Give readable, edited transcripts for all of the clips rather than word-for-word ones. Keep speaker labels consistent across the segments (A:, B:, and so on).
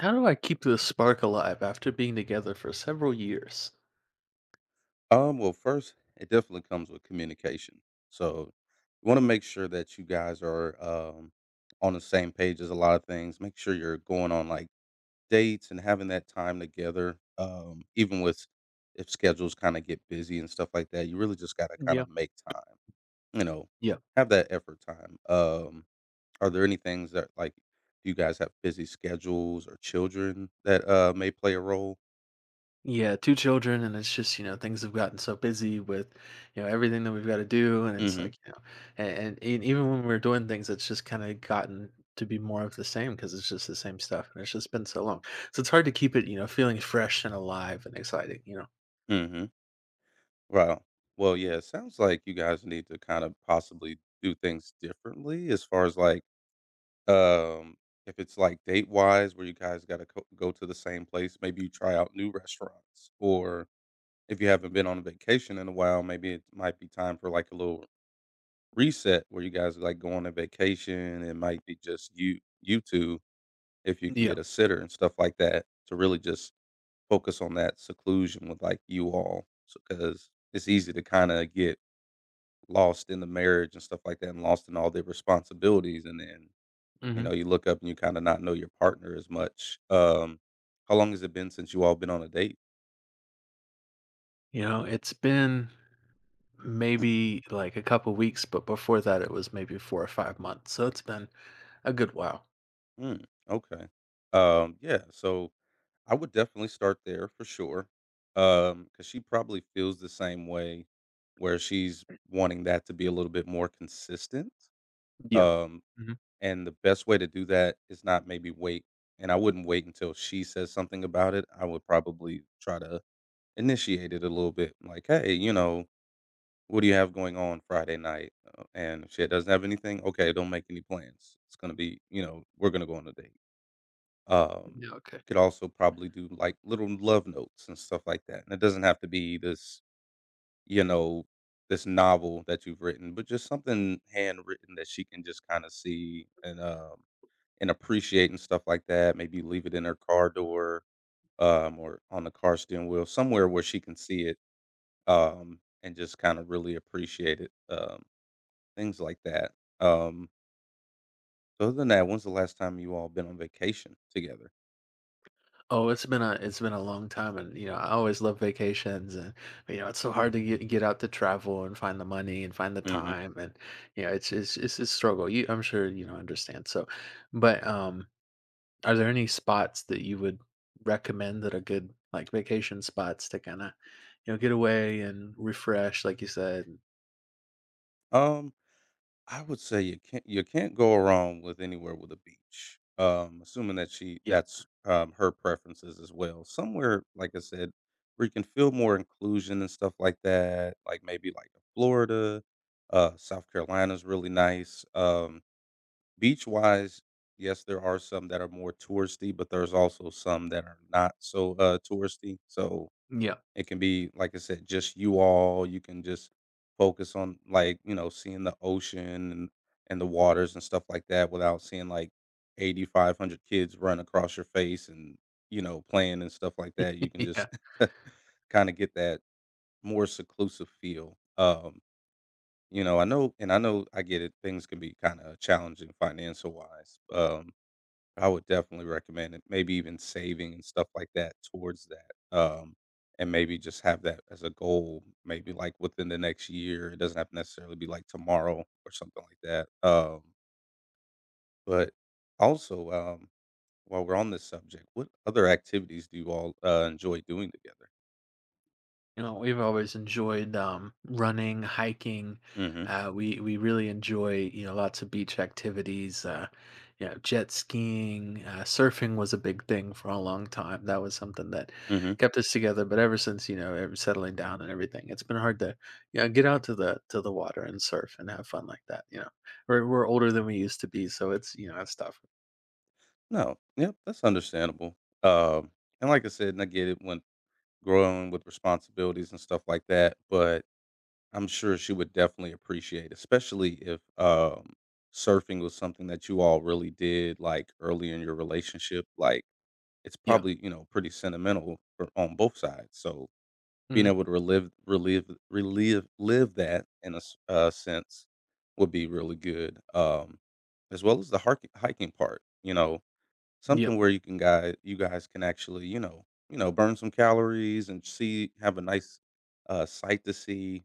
A: How do I keep this spark alive after being together for several years?
B: Well, first, it definitely comes with communication. So you want to make sure that you guys are on the same page as a lot of things. Make sure you're going on like dates and having that time together. Even with if schedules kind of get busy and stuff like that, you really just got to kind
A: Yeah.
B: of make time, you know,
A: Yeah.
B: have that effort time. Are there any things that like do you guys have busy schedules or children that may play a role?
A: Yeah, two children and it's just, things have gotten so busy with, everything that we've got to do and it's
B: Mm-hmm.
A: like, and even when we're doing things it's just kind of gotten to be more of the same because it's just the same stuff and it's just been so long. So it's hard to keep it, feeling fresh and alive and exciting.
B: Mm-hmm. Wow. Well, yeah, it sounds like you guys need to kind of possibly do things differently as far as like, um, if it's like date wise, where you guys got to go to the same place, maybe you try out new restaurants. Or if you haven't been on a vacation in a while, maybe it might be time for like a little reset where you guys like go on a vacation. It might be just you, you two, if you can
A: Yeah.
B: get a sitter and stuff like that to really just focus on that seclusion with like you all. So, because it's easy to kind of get lost in the marriage and stuff like that and lost in all their responsibilities and then, you
A: Hmm.
B: know, you look up and you kinda not know your partner as much. How long has it been since you all been on a date?
A: It's been maybe like a couple weeks, but before that it was maybe 4 or 5 months. So it's been a good while.
B: Mm, okay. Yeah, so I would definitely start there for sure, because she probably feels the same way where she's wanting that to be a little bit more consistent,
A: Yeah.
B: um,
A: Hmm.
B: and the best way to do that is not maybe wait, and I wouldn't wait until she says something about it. I would probably try to initiated a little bit, like, "Hey, you know, what do you have going on Friday night?" And if she doesn't have anything, okay, don't make any plans. It's gonna be, you know, we're gonna go on a date. Um,
A: Yeah. Okay.
B: could also probably do like little love notes and stuff like that. And it doesn't have to be this, you know, this novel that you've written, but just something handwritten that she can just kind of see and appreciate and stuff like that. Maybe leave it in her car door or on the car steering wheel somewhere where she can see it, and just kind of really appreciate it, things like that. Um, so other than that, when's the last time you all been on vacation together?
A: Oh, it's been a long time, and I always love vacations, and it's so hard to get out to travel and find the money and find the
B: Hmm.
A: time, and it's a struggle. You, I'm sure understand. So, but are there any spots that you would recommend that are good like vacation spots to kind of get away and refresh, like you said?
B: Um, I would say you can't go wrong with anywhere with a beach. Assuming that she
A: Yeah,
B: that's her preferences as well. Somewhere, like I said, where you can feel more inclusion and stuff like that. Like maybe like Florida, South Carolina's really nice. Beach wise, yes, there are some that are more touristy, but there's also some that are not so touristy. So
A: yeah,
B: it can be, like I said, just you all. You can just focus on like you know seeing the ocean and the waters and stuff like that without seeing like 8,500 kids run across your face and you know playing and stuff like that you can
A: yeah.
B: just kind of get that more seclusive feel. You know, I know and I know I get it, things can be kinda challenging financial wise. I would definitely recommend it, maybe even saving and stuff like that towards that. And maybe just have that as a goal, maybe like within the next year. It doesn't have to necessarily be like tomorrow or something like that. But also, while we're on this subject, what other activities do you all enjoy doing together?
A: We've always enjoyed running, hiking.
B: Mm.
A: We really enjoy lots of beach activities. Jet skiing, surfing was a big thing for a long time. That was something that
B: Mhm, mm mhm.
A: kept us together. But ever since ever settling down and everything, it's been hard to get out to the water and surf and have fun like that. We're older than we used to be, so it's it's tough.
B: No, yep, that's understandable. Um, and like I said, and I get it when growing with responsibilities and stuff like that, but I'm sure she would definitely appreciate, especially if surfing was something that you all really did like early in your relationship. Like it's
A: Yeah.
B: probably you know pretty sentimental for, on both sides. So being
A: Hmm.
B: able to live that in a sense would be really good, as well as the hiking part. You know,
A: Yeah,
B: something where you can guy you guys can actually, you know, burn some calories and see have a nice, sight to see,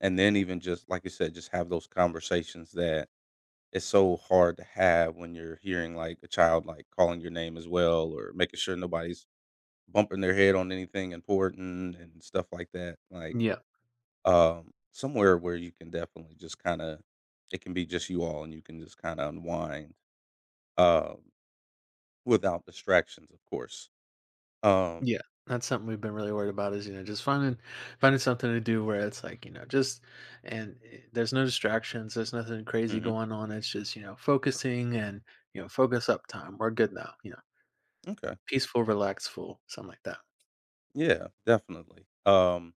B: and then even just, like you said, just have those conversations that it's so hard to have when you're hearing, like, a child, like, calling your name as well or making sure nobody's bumping their head on anything important and stuff like that, like,
A: yeah.
B: somewhere where you can definitely just kinda it can be just you all and you can just kinda unwind, um, without distractions, of course. Um
A: Yeah, that's something we've been really worried about is, just finding something to do where it's like, just and there's no distractions, there's nothing crazy
B: Mhm.
A: going on. It's just, focusing and focus up time. We're good now,
B: Okay.
A: peaceful, relaxful, something like that.
B: Yeah, definitely. Um,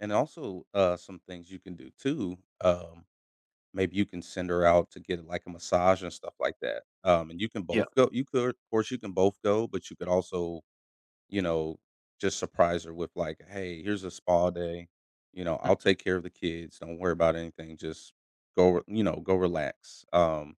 B: and also uh some things you can do too. Maybe you can send her out to get like a massage and stuff like that. And you can
A: Yeah.
B: both go. You could, of course, you can both go, but you could also, you know, just surprise her with like, "Hey, here's a spa day. You know, I'll
A: Mhm.
B: take care of the kids. Don't worry about anything. Just go, you know, go relax."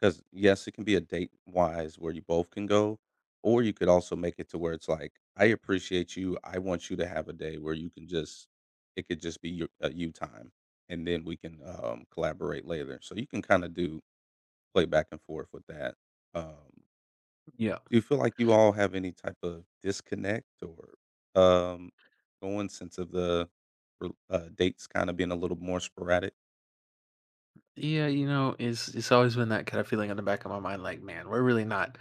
B: 'Cause, yes, it can be a date-wise where you both can go, or you could also make it to where it's like, "I appreciate you, I want you to have a day where you can just it could just be your you time, and then we can, collaborate later." So you can kinda do play back and forth with that. Um,
A: Yeah.
B: do you feel like you all have any type of disconnect or, um, going sense of the r dates kinda being a little more sporadic?
A: Yeah, it's always been that kind of feeling in the back of my mind, like, man, we're really not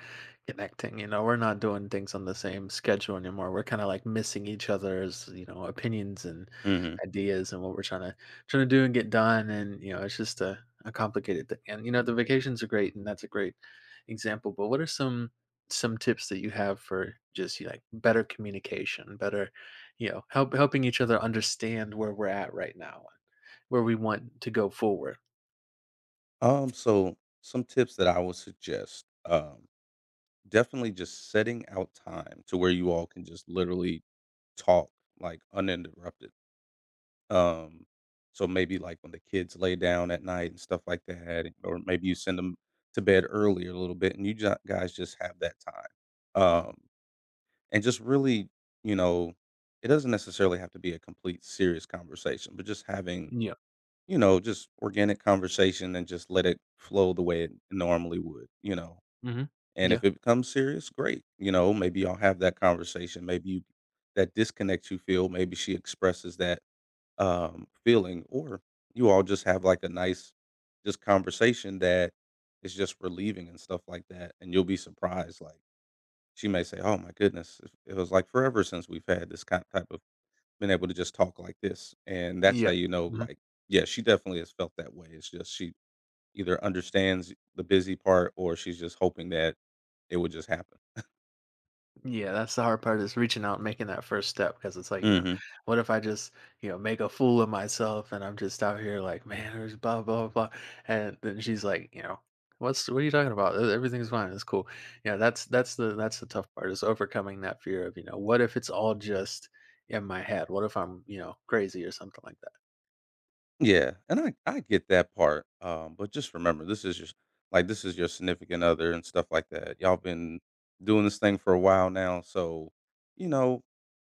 A: connecting. We're not doing things on the same schedule anymore. We're kind of like missing each other's, opinions and
B: Mhm.
A: ideas and what we're trying to do and get done. And it's just a complicated thing. And the vacations are great, and that's a great example. But what are some tips that you have for just like better communication, better, helping each other understand where we're at right now, where we want to go forward?
B: So some tips that I would suggest, definitely just setting out time to where you all can just literally talk like uninterrupted. Um, so maybe like when the kids lay down at night and stuff like that, or maybe you send them to bed earlier a little bit, and you guys just have that time. Um, and just really, you know, it doesn't necessarily have to be a complete serious conversation, but just having,
A: You
B: you know, just organic conversation and just let it flow the way it normally would, you know.
A: Mhm.
B: And
A: Yeah.
B: if it becomes serious, great. You know, maybe y'all have that conversation. Maybe you, that disconnect you feel, maybe she expresses that feeling, or you all just have like a nice, just conversation that is just relieving and stuff like that. And you'll be surprised. Like she may say, "Oh my goodness, it was like forever since we've had this kind type of been able to just talk like this." And that's how
A: Yeah.
B: you know,
A: Mhm.
B: like, yeah, she definitely has felt that way. It's just she either understands the busy part or she's just hoping that it would just happen.
A: Yeah, that's the hard part is reaching out and making that first step because it's like,
B: Mhm.
A: what if I just, make a fool of myself and I'm just out here like, man, there's blah, blah, blah. And then she's like, what are you talking about? Everything's fine. It's cool. Yeah. That's the tough part is overcoming that fear of, what if it's all just in my head? What if I'm, crazy or something like that?
B: Yeah, and I get that part, but just remember this is your like, this is your significant other and stuff like that. Y'all been doing this thing for a while now, so, you know,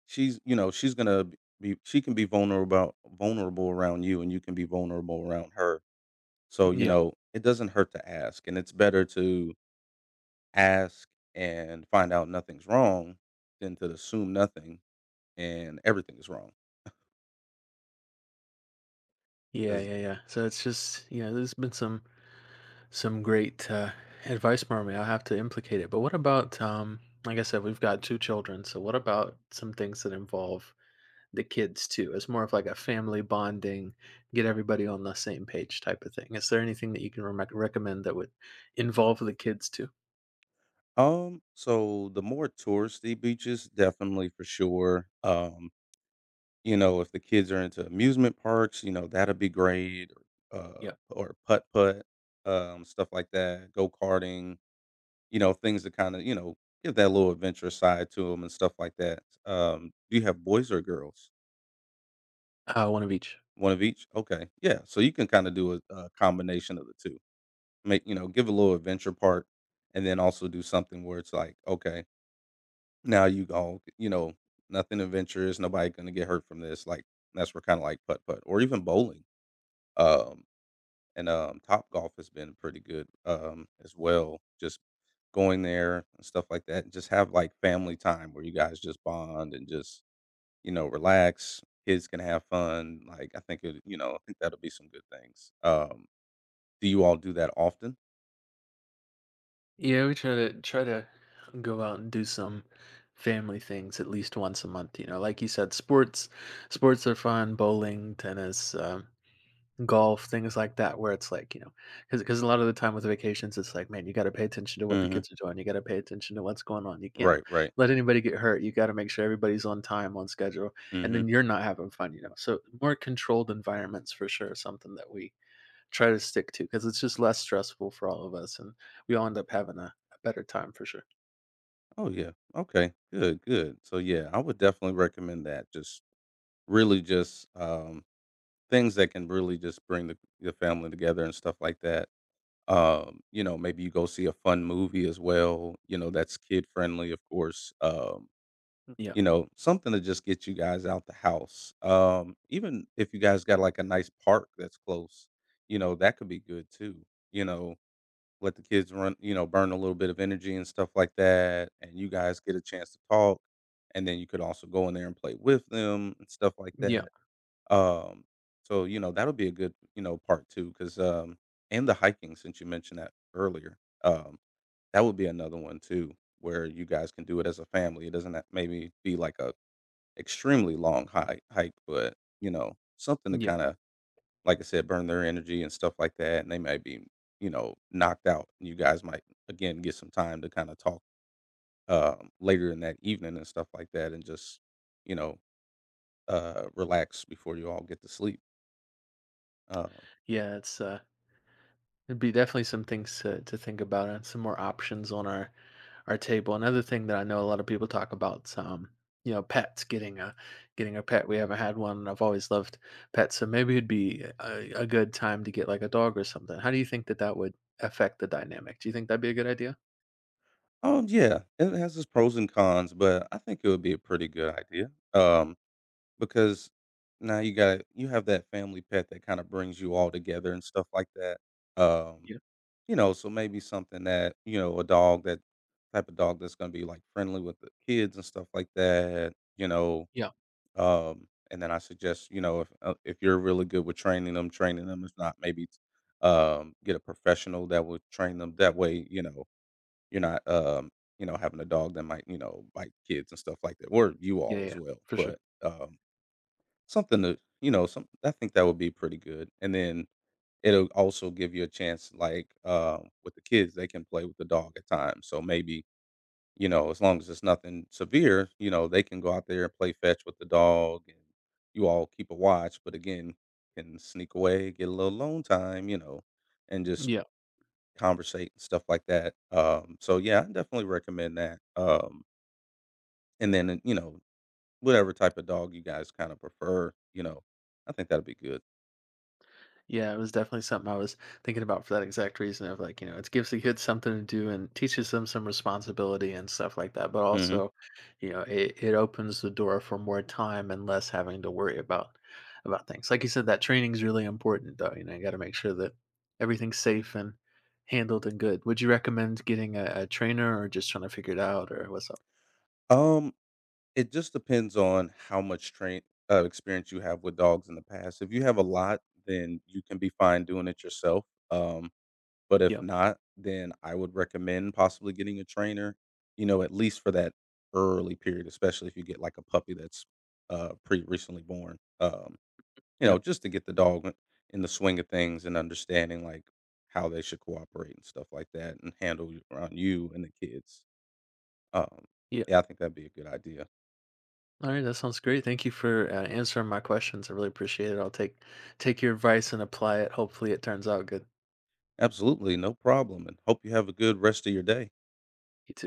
B: she's gonna b be she can be vulnerable around you, and you can be vulnerable around her. So, you
A: Yeah.
B: know, it doesn't hurt to ask, and it's better to ask and find out nothing's wrong than to assume nothing and everything is wrong
A: Yeah.
B: 'cause.
A: Yeah. Yeah. So it's just, there's been some great advice, Marmy. I'll have to implicate it. But what about, like I said, we've got two children. So what about some things that involve the kids too? It's more of like a family bonding, get everybody on the same page type of thing. Is there anything that you can recommend that would involve the kids too?
B: So the more touristy beaches, definitely for sure. You know, if the kids are into amusement parks, you know, that'd be great. Or, uh,
A: Yeah.
B: or putt putt, stuff like that, go karting, you know, things that kind of, you know, give that little adventure side to them and stuff like that. Do you have boys or girls?
A: One of each.
B: One of each? Okay. Yeah. So you can kind of do a combination of the two. Make, you know, give a little adventure part and then also do something where it's like, okay, now you go, you know, nothing adventurous, nobody gonna get hurt from this, like, that's where kinda like putt-putt or even bowling, um, and top golf has been pretty good, as well, just going there and stuff like that, and just have, like, family time where you guys just bond and just, you know, relax, kids can have fun, like, I think it you know, I think that'll be some good things, do you all do that often?
A: Yeah, we try to go out and do some family things at least once a month. Like you said, sports are fun, bowling, tennis, golf, things like that, where it's like, because a lot of the time with vacations, it's like, man, you gotta pay attention to what the
B: Mhm.
A: kids are doing. You gotta pay attention to what's going on. You can't
B: Right, right.
A: let anybody get hurt. You gotta make sure everybody's on time, on schedule, and
B: Mhm.
A: then you're not having fun, you know? So, more controlled environments for sure is something that we try to stick to because it's just less stressful for all of us, and we all end up having a better time for sure.
B: Oh, yeah. Okay. Good, good. So, yeah, I would definitely recommend that, just really just, things that can really just bring the family together and stuff like that. You know, maybe you go see a fun movie as well, you know, that's kid friendly, of course.
A: Yeah.
B: You know, something to just get you guys out the house. Even if you guys got, like, a nice park that's close, you know, that could be good too, you know? Let the kids run, you know, burn a little bit of energy and stuff like that, and you guys get a chance to talk, and then you could also go in there and play with them and stuff like
A: Yeah.
B: that. Um, so, you know, that'll be a good, you know, part too, because um and the hiking, since you mentioned that earlier, um, that would be another one too where you guys can do it as a family. It doesn't ha maybe be like a extremely long hike, but, you know, something to
A: Yeah.
B: kinda, like I said, burn their energy and stuff like that, and they might be, you know, knocked out, and you guys might, again, get some time to kinda talk, later in that evening and stuff like that and just, you know, relax before you all get to sleep. Um.
A: Yeah. It'd be definitely some things to think about and some more options on our table. Another thing that I know a lot of people talk about is pets getting a pet. We haven't had one. And I've always loved pets, so maybe it'd be a good time to get like a dog or something. How do you think that that would affect the dynamic? Do you think that'd be a good idea?
B: Oh, yeah, it has its pros and cons, but I think it would be a pretty good idea, because now you have that family pet that kinda brings you all together and stuff like that, um,
A: Yeah,
B: you know, so maybe something that, you know, a dog that type of dog that's gonna be, like, friendly with the kids and stuff like that, you know,
A: yeah,
B: and then I suggest, you know, if you're really good with training them, if not, maybe, get a professional that will train them, that way, you know, you're not, you know, having a dog that might, you know, bite kids and stuff like that, or you
A: yeah,
B: all
A: yeah,
B: as well.
A: for sure.
B: But something to, you know, some I think that would be pretty good. And then it'll also give you a chance, like with the kids, they can play with the dog at times. So maybe, you know, as long as it's nothing severe, you know, they can go out there and play fetch with the dog, and you all keep a watch. But again, can sneak away, get a little alone time, you know, and just
A: Yeah.
B: conversate and stuff like that. So yeah, I definitely recommend that. And then, you know, whatever type of dog you guys kind of prefer, you know, I think that will be good.
A: Yeah, it was definitely something I was thinking about for that exact reason of like, it gives the kids something to do and teaches them some responsibility and stuff like that. But
B: hmm
A: also, it opens the door for more time and less having to worry about things. Like you said, that training is really important though. You gotta make sure that everything's safe and handled and good. Would you recommend getting a trainer or just trying to figure it out or what's up?
B: Um, it just depends on how much train experience you have with dogs in the past. If you have a lot, then you can be fine doing it yourself. Um, but if
A: Yeah.
B: not, then I would recommend possibly getting a trainer. You know, at least for that early period, especially if you get like a puppy that's pretty recently born. You
A: Yeah.
B: know, just to get the dog in the swing of things and understanding, like, how they should cooperate and stuff like that and handle you around you and the kids. Um, yeah, I think that'd be a good idea.
A: All right, that sounds great. Thank you for answering my questions. I really appreciate it. I'll take your advice and apply it. Hopefully, it turns out good.
B: Absolutely, no problem, and hope you have a good rest of your day.
A: You too.